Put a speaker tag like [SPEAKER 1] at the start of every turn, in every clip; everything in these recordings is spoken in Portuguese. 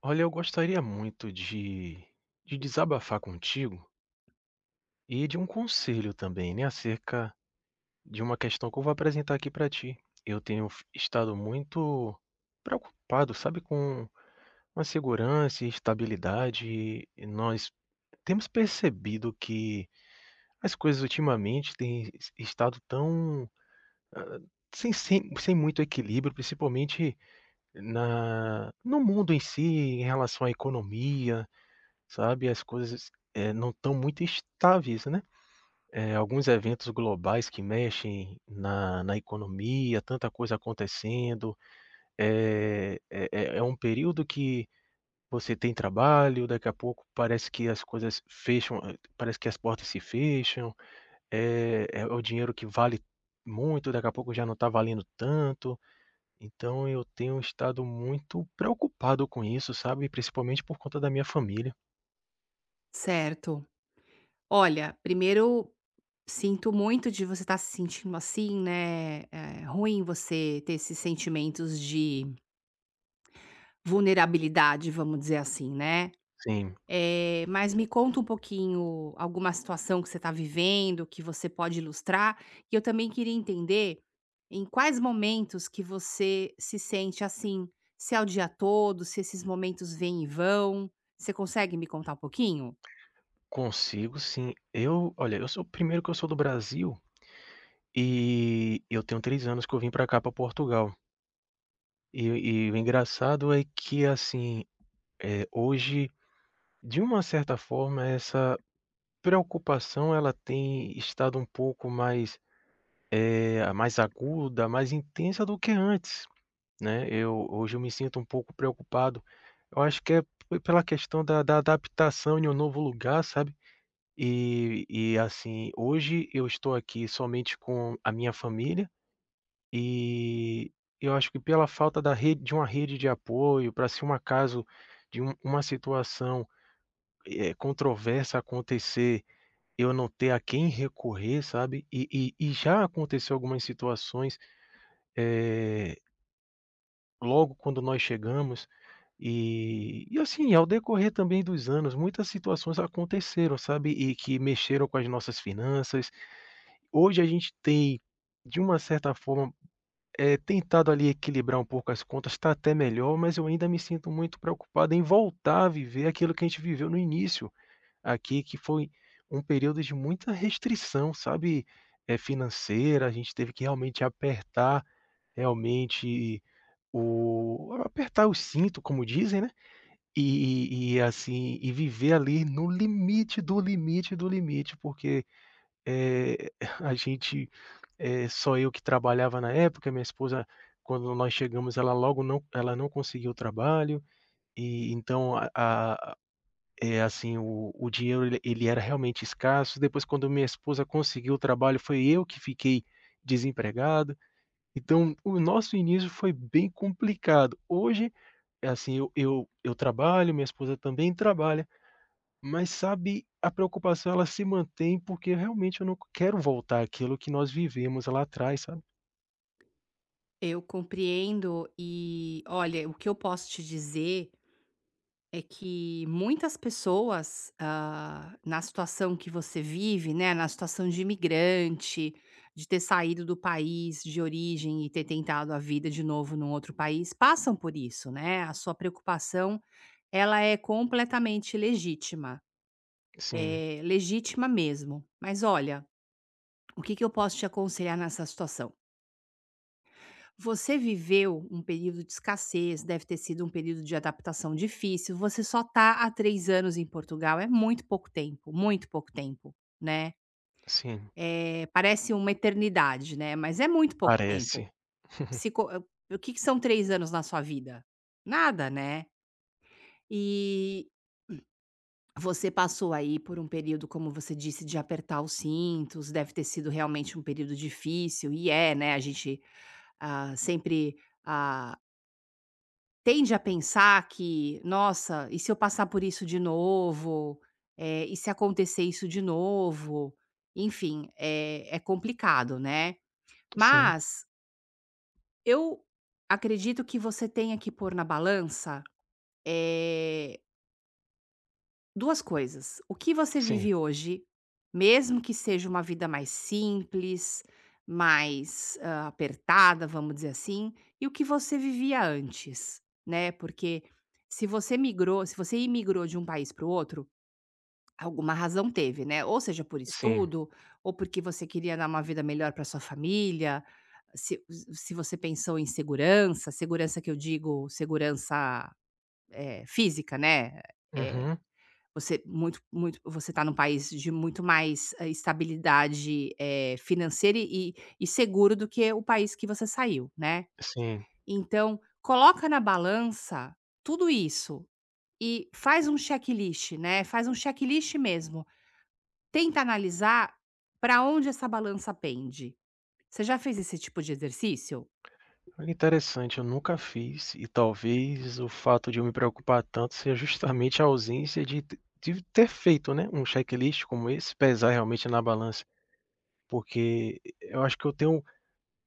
[SPEAKER 1] Olha, eu gostaria muito de desabafar contigo e de um conselho também, né, acerca de uma questão que eu vou apresentar aqui para ti. Eu tenho f estado muito preocupado, sabe, com a segurança e estabilidade, e nós temos percebido que as coisas ultimamente têm es estado tão, hã, sem muito equilíbrio, principalmente na no mundo em si, em relação à economia. Sabe, as coisas, não estão muito estáveis, né. Alguns eventos globais que mexem na economia, tanta coisa acontecendo, é um período que você tem trabalho, daqui a pouco parece que as coisas fecham, parece que as portas se fecham, é o dinheiro que vale muito, daqui a pouco já não está valendo tanto. Então eu tenho estado muito preocupado com isso, sabe, principalmente por conta da minha família.
[SPEAKER 2] Certo. Olha, primeiro, sinto muito de você estar se sentindo assim, né, é ruim você ter esses sentimentos de vulnerabilidade, vamos dizer assim, né.
[SPEAKER 1] Sim.
[SPEAKER 2] Mas me conta um pouquinho alguma situação que você está vivendo, que você pode ilustrar, e eu também queria entender em quais momentos que você se sente assim, se é o dia todo, se esses momentos vêm e vão. Você consegue me contar um pouquinho?
[SPEAKER 1] Consigo, sim. Eu olha, eu sou primeiro que eu sou do Brasil, e eu tenho 3 anos que eu vim para cá, para Portugal. E o engraçado é que, assim, hoje, de uma certa forma, essa preocupação ela tem estado um pouco mais, mais aguda, mais intensa do que antes, né. Eu hoje eu me sinto um pouco preocupado. Eu acho que é p pela questão da adaptação em um novo lugar, sabe. E assim, hoje eu estou aqui somente com a minha família, e eu acho que pela falta da rede de uma rede de apoio para se um acaso de uma situação, controversa acontecer, eu não ter a quem recorrer, sabe. E já aconteceu algumas situações, eh, logo quando nós chegamos, e assim, ao decorrer também dos anos, muitas situações aconteceram, sabe, e que mexeram com as nossas finanças. Hoje a gente tem, de uma certa forma, tentado ali equilibrar um pouco as contas. Está até melhor, mas eu ainda me sinto muito preocupado em voltar a viver aquilo que a gente viveu no início aqui, que foi um período de muita restrição, sabe, financeira, a gente teve que realmente apertar, realmente o apertar o cinto, como dizem, né, assim, e viver ali no limite do limite do limite, porque, eh, a gente é só eu que trabalhava na época, minha esposa, quando nós chegamos, ela logo não, ela não conseguiu trabalho, e então a assim, o dinheiro ele era realmente escasso. Depois quando minha esposa conseguiu o trabalho, foi eu que fiquei desempregado. Então, o nosso início foi bem complicado. Hoje, é assim, eu trabalho, minha esposa também trabalha, mas sabe, a preocupação ela se mantém, porque realmente eu não quero voltar àquilo que nós vivemos lá atrás, sabe.
[SPEAKER 2] Eu compreendo e, olha, o que eu posso te dizer é que muitas pessoas, ah, na situação que você vive, né, na situação de imigrante, de ter saído do país de origem e ter tentado a vida de novo num outro país, passam por isso, né? A sua preocupação, ela é completamente legítima,
[SPEAKER 1] Sim.
[SPEAKER 2] é legítima mesmo. Mas olha, o que que eu posso te aconselhar nessa situação? Você viveu um período de escassez, deve ter sido um período de adaptação difícil. Você só está há 3 anos em Portugal, é muito pouco tempo, né.
[SPEAKER 1] Sim,
[SPEAKER 2] Parece uma eternidade, né, mas é muito pouco tempo.
[SPEAKER 1] parece.
[SPEAKER 2] Se co eh, O que que são 3 anos na sua vida? Nada, né. E você passou aí por um período, como você disse, de apertar os cintos, deve ter sido realmente um período difícil, e é, né, a gente, ah, sempre, ah tende a pensar que: "Nossa, e se eu passar por isso de novo? E se acontecer isso de novo?". Enfim, é complicado, né.
[SPEAKER 1] Sim,
[SPEAKER 2] Mas eu acredito que você tenha que pôr na balança, eh 2 coisas. O que você
[SPEAKER 1] sim,
[SPEAKER 2] vive hoje, mesmo que seja uma vida mais simples, mais, hã, apertada, vamos dizer assim, e o que você vivia antes, né, porque se você imigrou de um país para o outro, alguma razão teve, né, ou seja por
[SPEAKER 1] sim.
[SPEAKER 2] estudo, ou porque você queria dar uma vida melhor para sua família, se se você pensou em segurança, segurança que eu digo segurança, eh, física, né, eh
[SPEAKER 1] Uhum,
[SPEAKER 2] você muito você está num país de muito mais, hã, estabilidade, eh, financeira e seguro do que o país que você saiu, né.
[SPEAKER 1] sim.
[SPEAKER 2] Então, coloca na balança tudo isso e faz um checklist, né, faz um checklist mesmo. Tenta analisar para onde essa balança pende. Você já fez esse tipo de exercício?
[SPEAKER 1] Olha, interessante, eu nunca fiz e talvez o fato de eu me preocupar tanto seja justamente a ausência de ter feito, né, um checklist como esse, pesar realmente na balança, porque eu acho que eu tenho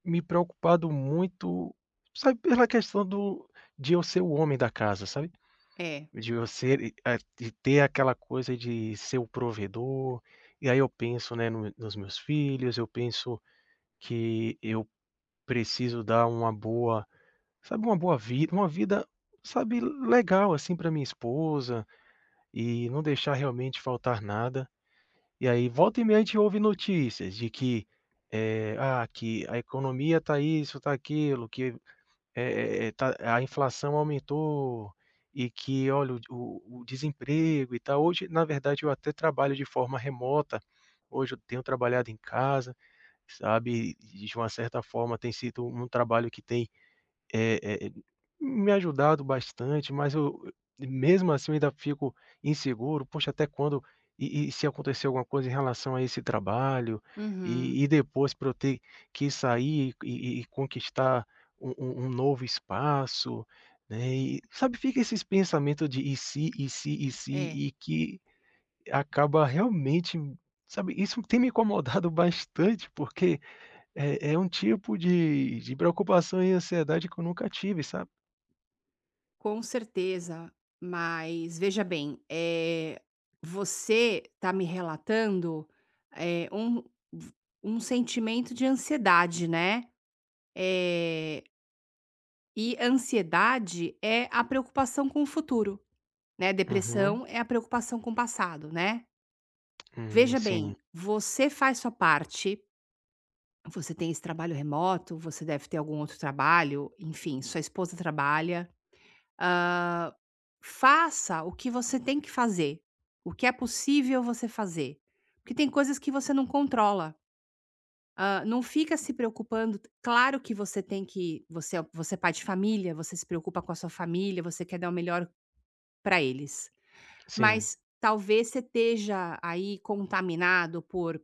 [SPEAKER 1] me preocupado muito, sabe, pela questão do de eu ser o homem da casa, sabe?
[SPEAKER 2] É.
[SPEAKER 1] De você e de ter aquela coisa de ser o provedor, e aí eu penso, né, no nos meus filhos, eu penso que eu preciso dar uma boa, sabe, uma boa vida, uma vida, sabe, legal, assim, para minha esposa, e não deixar realmente faltar nada. E aí volta e meia a gente ouve notícias de que, que a economia tá isso, tá aquilo, que tá, a inflação aumentou e que olha o desemprego e tal. Hoje, na verdade, eu até trabalho de forma remota, hoje eu tenho trabalhado em casa, sabe, e de uma certa forma tem sido um trabalho que tem eh eh, me ajudado bastante, mas eu mesmo assim eu ainda fico inseguro, poxa, até quando, e se acontecer alguma coisa em relação a esse trabalho,
[SPEAKER 2] Uhum.
[SPEAKER 1] e depois para eu ter que sair e conquistar um novo espaço, né, e sabe, fica esses pensamento de "e se, e se, e se",
[SPEAKER 2] É.
[SPEAKER 1] e que acaba realmente, sabe, isso tem me incomodado bastante, porque é um tipo de preocupação e ansiedade que eu nunca tive, sabe?
[SPEAKER 2] Com certeza, mas veja bem, eh, você está me relatando, eh, um sentimento de ansiedade, né, eh, e ansiedade é a preocupação com o futuro, né,
[SPEAKER 1] Uhum.
[SPEAKER 2] depressão é a preocupação com o passado, né. Veja
[SPEAKER 1] Sim,
[SPEAKER 2] bem, você faz sua parte, você tem esse trabalho remoto, você deve ter algum outro trabalho, enfim, sua esposa trabalha. Hã, faça o que você tem que fazer, o que é possível você fazer, porque tem coisas que você não controla. Hã, não fica se preocupando, claro que você tem que você é pai de família, você se preocupa com a sua família, você quer dar o melhor para eles,
[SPEAKER 1] sim,
[SPEAKER 2] mas talvez você esteja aí contaminado por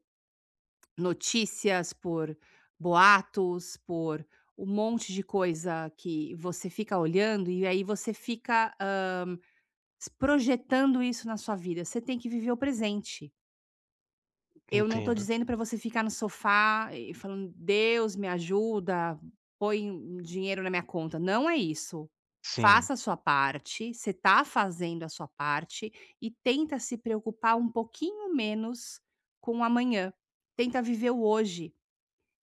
[SPEAKER 2] notícias, por boatos, por um monte de coisa que você fica olhando e aí você fica, s projetando isso na sua vida, você tem que viver o presente. Eu não tô
[SPEAKER 1] entendo.
[SPEAKER 2] dizendo para você ficar no sofá e falando: "Deus me ajuda, põe um dinheiro na minha conta", não é isso.
[SPEAKER 1] Sim,
[SPEAKER 2] Faça a sua parte, você tá fazendo a sua parte e tenta se preocupar um pouquinho menos com o amanhã. Tenta viver o hoje,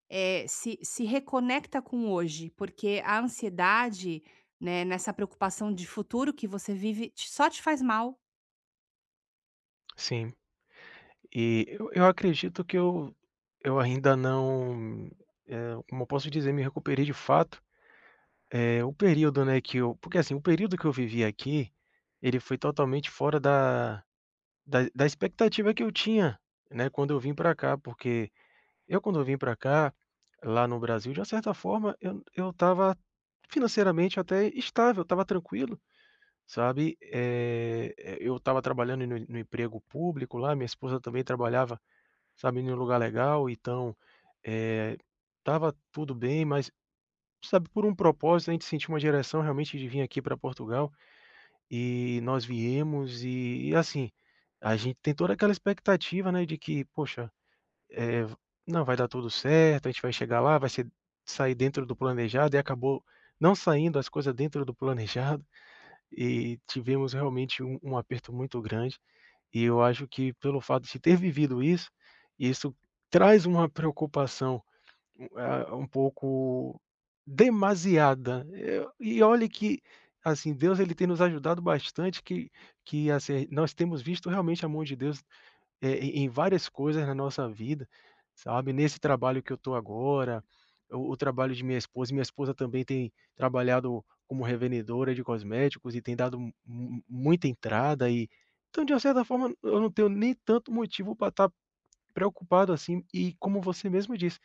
[SPEAKER 2] se reconecta com o hoje, porque a ansiedade, né, nessa preocupação de futuro que você vive, te só te faz mal.
[SPEAKER 1] sim. E eu acredito que eu ainda não, como eu posso dizer, me recuperei de fato. É, o período, né, que eu porque assim, o período que eu vivi aqui, ele foi totalmente fora da da expectativa que eu tinha, né, quando eu vim para cá, porque eu quando eu vim para cá, lá no Brasil, de uma certa forma, eu estava financeiramente até estável, estava tranquilo, sabe. Eu estava trabalhando no emprego público lá, minha esposa também trabalhava, sabe, em um lugar legal, então, eh, estava tudo bem, mas sabe, por um propósito, a gente sentiu uma direção realmente de vir aqui para Portugal, e nós viemos e assim, a gente tem toda aquela expectativa, né, de que: "Poxa, eh, não, vai dar tudo certo, a gente vai chegar lá, vai ser sair dentro do planejado", e acabou não saindo as coisas dentro do planejado, e tivemos realmente um aperto muito grande. E eu acho que pelo fato de ter vivido isso, isso traz uma preocupação, um pouco demasiada. Eu e olhe que, assim, Deus ele tem nos ajudado bastante, que, assim, nós temos visto realmente a mão de Deus, em várias coisas na nossa vida, sabe, nesse trabalho que eu estou agora, o trabalho de minha esposa, minha esposa também tem trabalhado como revendedora de cosméticos e tem dado mu mu muita entrada. E então, de uma certa forma, eu não tenho nem tanto motivo para estar preocupado assim, e como você mesmo disse,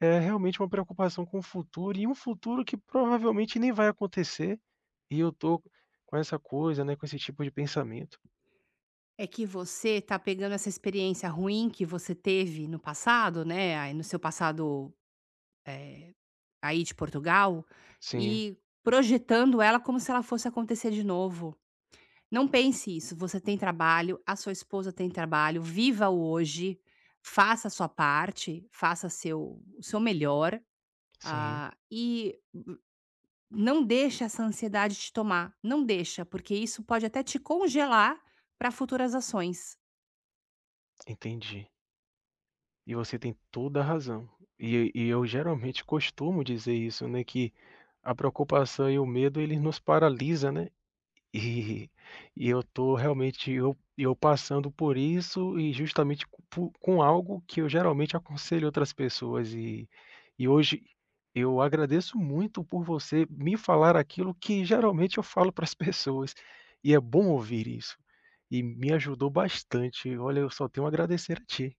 [SPEAKER 1] é realmente uma preocupação com o futuro e um futuro que provavelmente nem vai acontecer, e eu tô com essa coisa, né, com esse tipo de pensamento.
[SPEAKER 2] É que você tá pegando essa experiência ruim que você teve no passado, né, aí no seu passado aí de Portugal,
[SPEAKER 1] Sim,
[SPEAKER 2] e projetando ela como se ela fosse acontecer de novo. Não pense isso, você tem trabalho, a sua esposa tem trabalho, viva o hoje, faça a sua parte, faça seu, o seu melhor,
[SPEAKER 1] sim,
[SPEAKER 2] ah, e não deixa essa ansiedade te tomar, não deixa, porque isso pode até te congelar para futuras ações.
[SPEAKER 1] entendi. E você tem toda a razão. E eu geralmente costumo dizer isso, né, que a preocupação e o medo, eles nos paralisa, né? E e eu tô realmente, eu passando por isso e justamente co po com algo que eu geralmente aconselho outras pessoas, e hoje eu agradeço muito por você me falar aquilo que geralmente eu falo para as pessoas, e é bom ouvir isso, e me ajudou bastante. Olha, eu só tenho a agradecer a ti.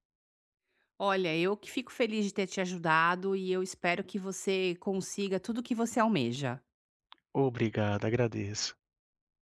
[SPEAKER 2] Olha, eu que fico feliz de ter te ajudado e eu espero que você consiga tudo o que você almeja.
[SPEAKER 1] Obrigado, agradeço.